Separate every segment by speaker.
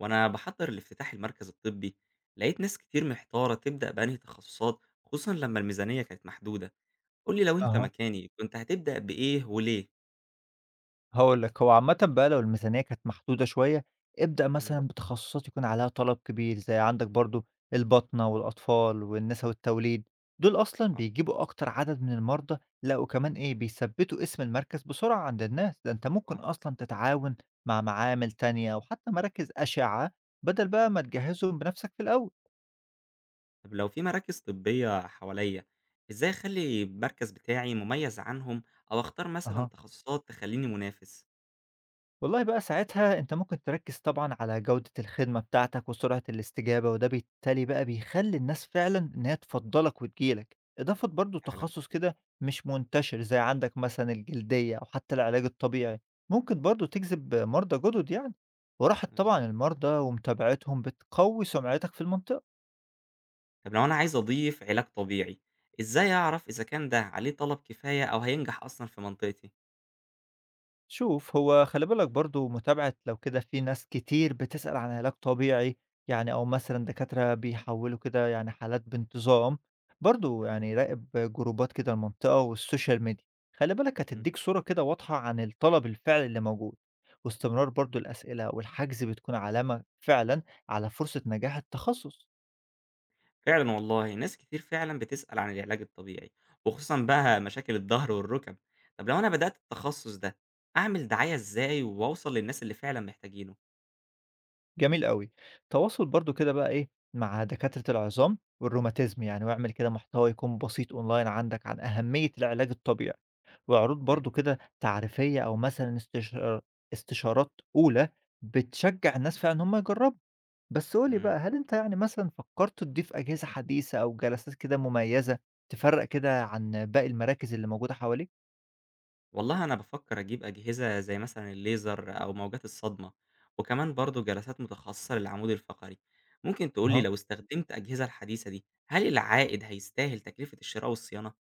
Speaker 1: وأنا بحضر لافتتاح المركز الطبي، لقيت ناس كتير محتارة تبدأ بأنهي تخصصات، خصوصا لما الميزانية كانت محدودة. قولي لو أنت
Speaker 2: أها،
Speaker 1: مكاني كنت هتبدأ بإيه وليه؟
Speaker 2: هاقول لك هو عامةً بقى لو الميزانية كانت محدودة شوية، ابدأ
Speaker 1: مم.
Speaker 2: مثلًا بتخصصات يكون عليها طلب كبير، زي عندك برضه الباطنة والأطفال والنسا والتوليد، دول أصلًا
Speaker 1: صح.
Speaker 2: بيجيبوا أكتر عدد من المرضى، لأ وكمان إيه بيثبّتوا اسم المركز بسرعة عند الناس، ده أنت ممكن
Speaker 1: آه.
Speaker 2: أصلًا تتعاون مع معامل تانية، وحتى مراكز أشعة بدل بقى ما تجهّزهم بنفسك في الأول.
Speaker 1: طب لو في مراكز طبية حواليا، إزاي أخلي المركز بتاعي مميز عنهم أو أختار مثلا
Speaker 2: أها.
Speaker 1: تخصصات تخليني منافس؟
Speaker 2: والله بقى ساعتها أنت ممكن تركّز طبعًا على جودة الخدمة بتاعتك وسرعة الاستجابة، وده بالتالي بقى بيخلّي الناس فعلًا إن هي تفضّلك وتيجي لك. إضافة برضه
Speaker 1: فعلا.
Speaker 2: لتخصُّص كده مش منتشر زي عندك مثلًا الجلدية أو حتى العلاج الطبيعي، ممكن برضه تجذب مرضى جُدد يعني. وراحة
Speaker 1: آه،
Speaker 2: طبعًا
Speaker 1: بالظبط.
Speaker 2: المرضى ومتابعتهم بتقوّي سمعتك في المنطقة.
Speaker 1: طب لو أنا عايز أضيف علاج طبيعي، إزاي أعرف إذا كان ده عليه طلب كفاية أو هينجح أصلا في منطقتي؟
Speaker 2: شوف هو خلي بالك برضه متابعة لو كده في ناس كتير بتسأل عن علاج طبيعي يعني، أو مثلا دكاترة بيحولوا كده يعني حالات بانتظام، برضه
Speaker 1: تمام.
Speaker 2: يعني راقب جروبات كده المنطقة والسوشيال ميديا. خلي بالك
Speaker 1: مم.
Speaker 2: هتديك صورة كده واضحة عن الطلب الفعلي اللي موجود، واستمرار برضه الأسئلة والحجز بتكون علامة فعلا على فرصة نجاح التخصص.
Speaker 1: فعلًا والله، ناس كتير فعلًا بتسأل عن العلاج الطبيعي، وخصوصًا بقى مشاكل الضهر والركب. طب لو أنا بدأت التخصص ده، أعمل دعاية إزاي وأوصل للناس اللي فعلًا محتاجينه؟
Speaker 2: جميل أوي. تواصل برضه كده بقى إيه، مع دكاترة العظام والروماتيزم يعني، واعمل كده محتوى يكون بسيط أونلاين عندك عن أهمية العلاج الطبيعي، وعروض
Speaker 1: تمام.
Speaker 2: برضه كده تعريفية أو مثلًا استشارات أولى بتشجّع الناس فعلًا إن هم يجربوا. بس قُل لي
Speaker 1: إمم.
Speaker 2: بقى، هل أنت يعني مثلًا فكرت تضيف أجهزة حديثة أو جلسات كده مميزة تفرّق كده عن باقي المراكز اللي موجودة حواليك؟
Speaker 1: والله أنا بافكر أجيب أجهزة زي مثلًا الليزر أو موجات الصدمة، وكمان برضه جلسات متخصصة للعمود الفقري. ممكن تقول لي
Speaker 2: أها.
Speaker 1: لو استخدمت أجهزة الحديثة دي، هل العائد هيستاهل تكلفة الشراء والصيانة؟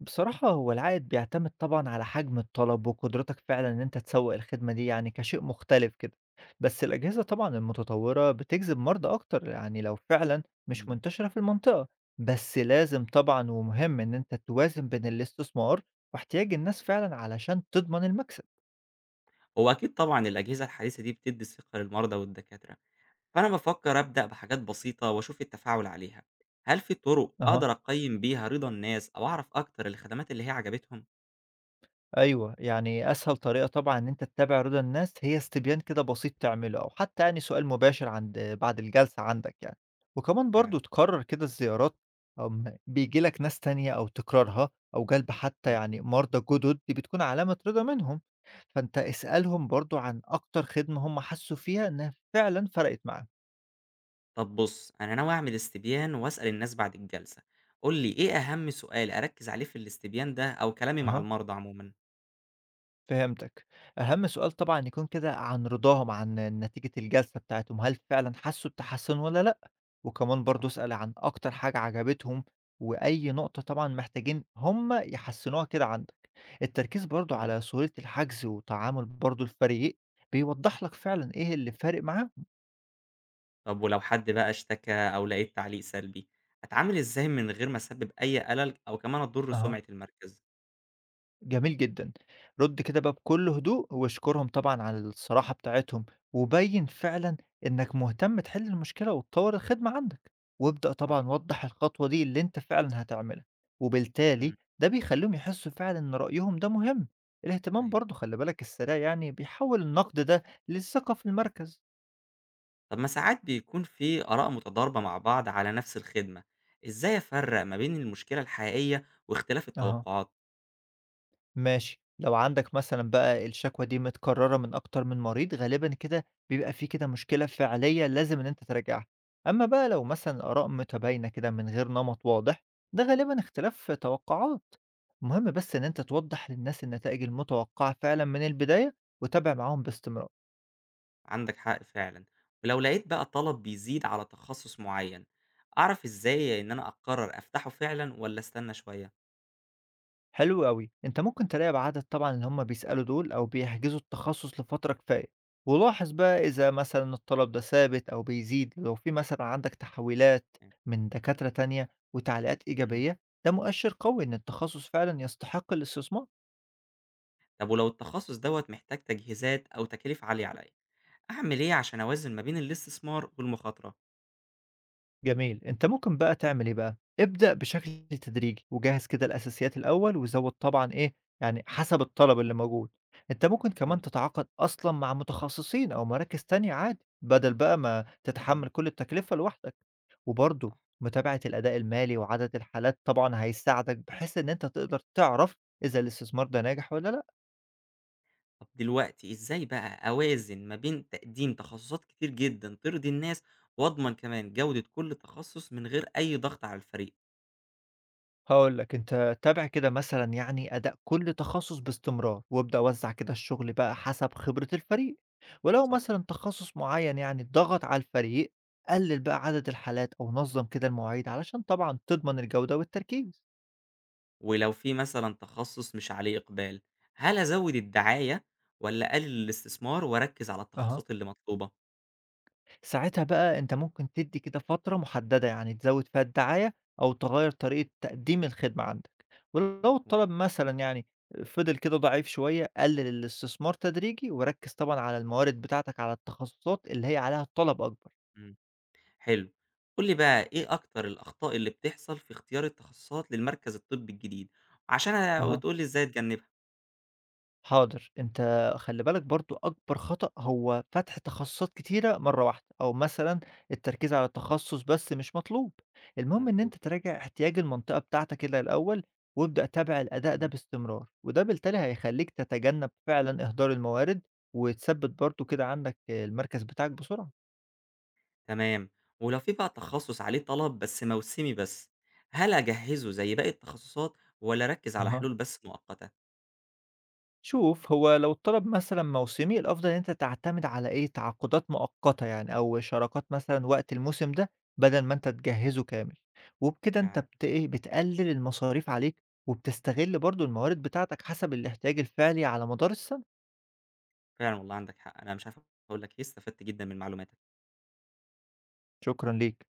Speaker 2: بصراحة هو العائد بيعتمد طبعًا على حجم الطلب وقدرتك فعلًا إن أنت تسوق الخدمة دي يعني كشيء مختلف كده، بس الأجهزة طبعًا المتطورة بتجذب مرضى أكتر يعني لو فعلًا مش
Speaker 1: إمم.
Speaker 2: منتشرة في المنطقة، بس لازم طبعًا ومهم إن أنت توازن بين الاستثمار واحتياج الناس فعلًا علشان تضمن المكسب.
Speaker 1: هو أكيد طبعًا الأجهزة الحديثة دي بتدي ثقة للمرضى والدكاترة. فأنا بفكر أبدأ بحاجات بسيطة وأشوف التفاعل عليها. هل في طرق
Speaker 2: أها.
Speaker 1: أقدر أقيم بيها رضا الناس أو أعرف أكتر الخدمات اللي هي عجبتهم؟
Speaker 2: أيوه، يعني أسهل طريقة طبعًا إن أنت تتابع رضا الناس هي استبيان كده بسيط تعمله، أو حتى يعني سؤال مباشر عند بعد الجلسة عندك يعني، وكمان برضه
Speaker 1: فعلا.
Speaker 2: تكرر كده الزيارات أو م بييجي لك ناس تانية أو تكرارها أو جلب حتى
Speaker 1: مم.
Speaker 2: يعني مرضى جدد، دي بتكون علامة رضا منهم، فأنت اسألهم برضه عن أكتر خدمة هم حسّوا فيها إنها فعلًا فرقت معاهم.
Speaker 1: طب بص، أنا ناوي أعمل استبيان وأسأل الناس بعد الجلسة. قول لي إيه أهم سؤال أركز عليه في الاستبيان ده أو كلامي مع
Speaker 2: أها.
Speaker 1: المرضى عموما؟
Speaker 2: فهمتك. أهم سؤال طبعًا يكون كده عن رضاهم عن نتيجة الجلسة بتاعتهم، هل فعلًا حسّوا بتحسُّن والّا لأ؟ وكمان
Speaker 1: صح.
Speaker 2: برضه اسأل عن أكتر حاجة عجبتهم، وأي نقطة طبعًا محتاجين هم يحسّنوها كده عندك. التركيز برضه
Speaker 1: مم.
Speaker 2: على سهولة الحجز وتعامل برضه الفريق، بيوضّح لك فعلًا إيه اللي فارق معاهم.
Speaker 1: طب ولو حد بقى اشتكى أو لقيت تعليق سلبي، أتعامل إزاي من غير ما أسبب أي قلق أو كمان أضر
Speaker 2: أها.
Speaker 1: سمعة المركز؟
Speaker 2: جميل جدًا. رُد كده بقى بكل هدوء واشكرهم طبعًا على الصراحة بتاعتهم، وبيّن فعلًا إنّك مهتم تحل المشكلة وتطوّر الخدمة عندك، وابدأ
Speaker 1: صح.
Speaker 2: طبعًا وضّح الخطوة دي اللي أنت فعلًا هتعملها،
Speaker 1: مم.
Speaker 2: وبالتالي ده بيخلّيهم يحسّوا فعلًا إن رأيهم ده مهم. الاهتمام
Speaker 1: أيوة.
Speaker 2: برضه خلّي بالك السريع يعني بيحوّل النقد ده للثقة في المركز.
Speaker 1: طب ما ساعات بيكون في آراء متضاربة مع بعض على نفس الخدمة، إزاي أفرق ما بين المشكلة الحقيقية واختلاف
Speaker 2: أها.
Speaker 1: التوقعات؟
Speaker 2: ماشي، لو عندك مثلًا بقى الشكوى دي متكررة من أكتر من مريض، غالبًا كده بيبقى في كده مشكلة فعلية لازم إن أنت تراجعها، أمّا بقى لو
Speaker 1: طب.
Speaker 2: مثلًا آراء متباينة كده من غير نمط واضح، ده غالبًا اختلاف في توقعات، المهم بس إن أنت توضح للناس النتائج المتوقعة فعلًا من البداية وتابع معاهم باستمرار.
Speaker 1: عندك حق فعلا. ولو لقيت بقى طلب بيزيد على تخصص معين، أعرف إزاي إن أنا أقرر أفتحه فعلا ولا أستنى شوية؟
Speaker 2: حلو أوي، أنت ممكن تراقب عدد طبعًا اللي هم بيسألوا دول أو بيحجزوا التخصص لفترة كفاية، ولاحظ بقى إذا مثلًا الطلب ده ثابت أو بيزيد، لو في مثلًا عندك تحويلات من دكاترة تانية وتعليقات
Speaker 1: مم.
Speaker 2: إيجابية، ده مؤشر قوي إن التخصص فعلًا يستحق الاستثمار.
Speaker 1: طب ولو التخصص دوت محتاج تجهيزات أو تكاليف عالية عليا، أعمل إيه عشان أوازن ما بين الاستثمار والمخاطرة؟
Speaker 2: جميل. أنت ممكن بقى تعمل إيه بقى، ابدأ بشكل تدريجي وجهّز كده الأساسيات الأول وزوّد طبعًا إيه، يعني حسب الطلب اللي موجود. أنت ممكن كمان
Speaker 1: مفهوم.
Speaker 2: تتعاقد أصلًا مع متخصصين أو مراكز تانية عادي، بدل بقى ما
Speaker 1: مم.
Speaker 2: تتحمّل كل التكلفة لوحدك. وبرضه
Speaker 1: صح.
Speaker 2: متابعة الأداء المالي وعدد الحالات طبعًا هيساعدك بحيث إن أنت تقدر تعرف إذا الاستثمار ده ناجح والّا لأ.
Speaker 1: طب دلوقتي إزاي بقى أوازن ما بين تقديم تخصصات كتير جدًا ترضي الناس، وأضمن كمان جودة كل تخصص من غير أي ضغط على الفريق؟
Speaker 2: هاقول لك، أنت تابع كده مثلًا يعني أداء كل تخصص باستمرار، وابدأ وزّع كده الشغل بقى حسب خبرة الفريق، ولو
Speaker 1: صح.
Speaker 2: مثلًا تخصص معيّن يعني ضغط على الفريق، قلل بقى عدد الحالات أو نظّم كده المواعيد علشان طبعًا تضمن الجودة والتركيز.
Speaker 1: ولو في مثلًا تخصص مش عليه إقبال، هل أزود الدعاية والّا أقلل الاستثمار وأركز على
Speaker 2: أها.
Speaker 1: التخصصات اللي مطلوبة؟
Speaker 2: ساعتها بقى أنت ممكن تدّي كده فترة محددة، يعني تزوّد فيها الدعاية أو تغيّر طريقة تقديم الخدمة عندك، ولو
Speaker 1: مفهوم.
Speaker 2: الطلب مثلًا يعني فضل كده ضعيف شوية، قلل الاستثمار تدريجي وركّز طبعًا على الموارد بتاعتك على التخصصات اللي هي عليها طلب أكبر.
Speaker 1: إمم. حلو. قُل لي بقى إيه أكتر الأخطاء اللي بتحصل في اختيار التخصصات للمركز الطبي الجديد، عشان
Speaker 2: أها.
Speaker 1: وتقول لي إزاي أتجنبها؟
Speaker 2: حاضر، أنت خلّي بالك برضه أكبر خطأ هو فتح تخصصات كتيرة مرّة واحدة، أو مثلًا التركيز على تخصص بس مش مطلوب، المهم إن
Speaker 1: مضبوط.
Speaker 2: أنت تراجع احتياج المنطقة بتاعتك كده الأول، وابدأ تابع الأداء ده
Speaker 1: إمم.
Speaker 2: باستمرار، وده بالتالي هيخلّيك تتجنب فعلًا إهدار الموارد، وتثبّت برضه كده عندك المركز بتاعك بسرعة.
Speaker 1: تمام. ولو في بقى تخصص عليه طلب بس موسمي بس، هل أجهّزه زي باقي التخصصات والّا أركّز على حلول بس مؤقتة؟
Speaker 2: شوف هو لو الطلب مثلا موسمي الافضل ان انت تعتمد على ايه تعاقدات مؤقته يعني او شراكات مثلا وقت الموسم ده بدل ما انت تجهزه كامل، وبكده انت
Speaker 1: فعلًا.
Speaker 2: بت ايه بتقلل المصاريف عليك وبتستغل برضو الموارد بتاعتك حسب الاحتياج الفعلي على مدار السنه.
Speaker 1: فعلًا والله عندك حق، أنا مش عارف أقول لك إيه، استفدت جدًا من المعلومات.
Speaker 2: شكرا ليك.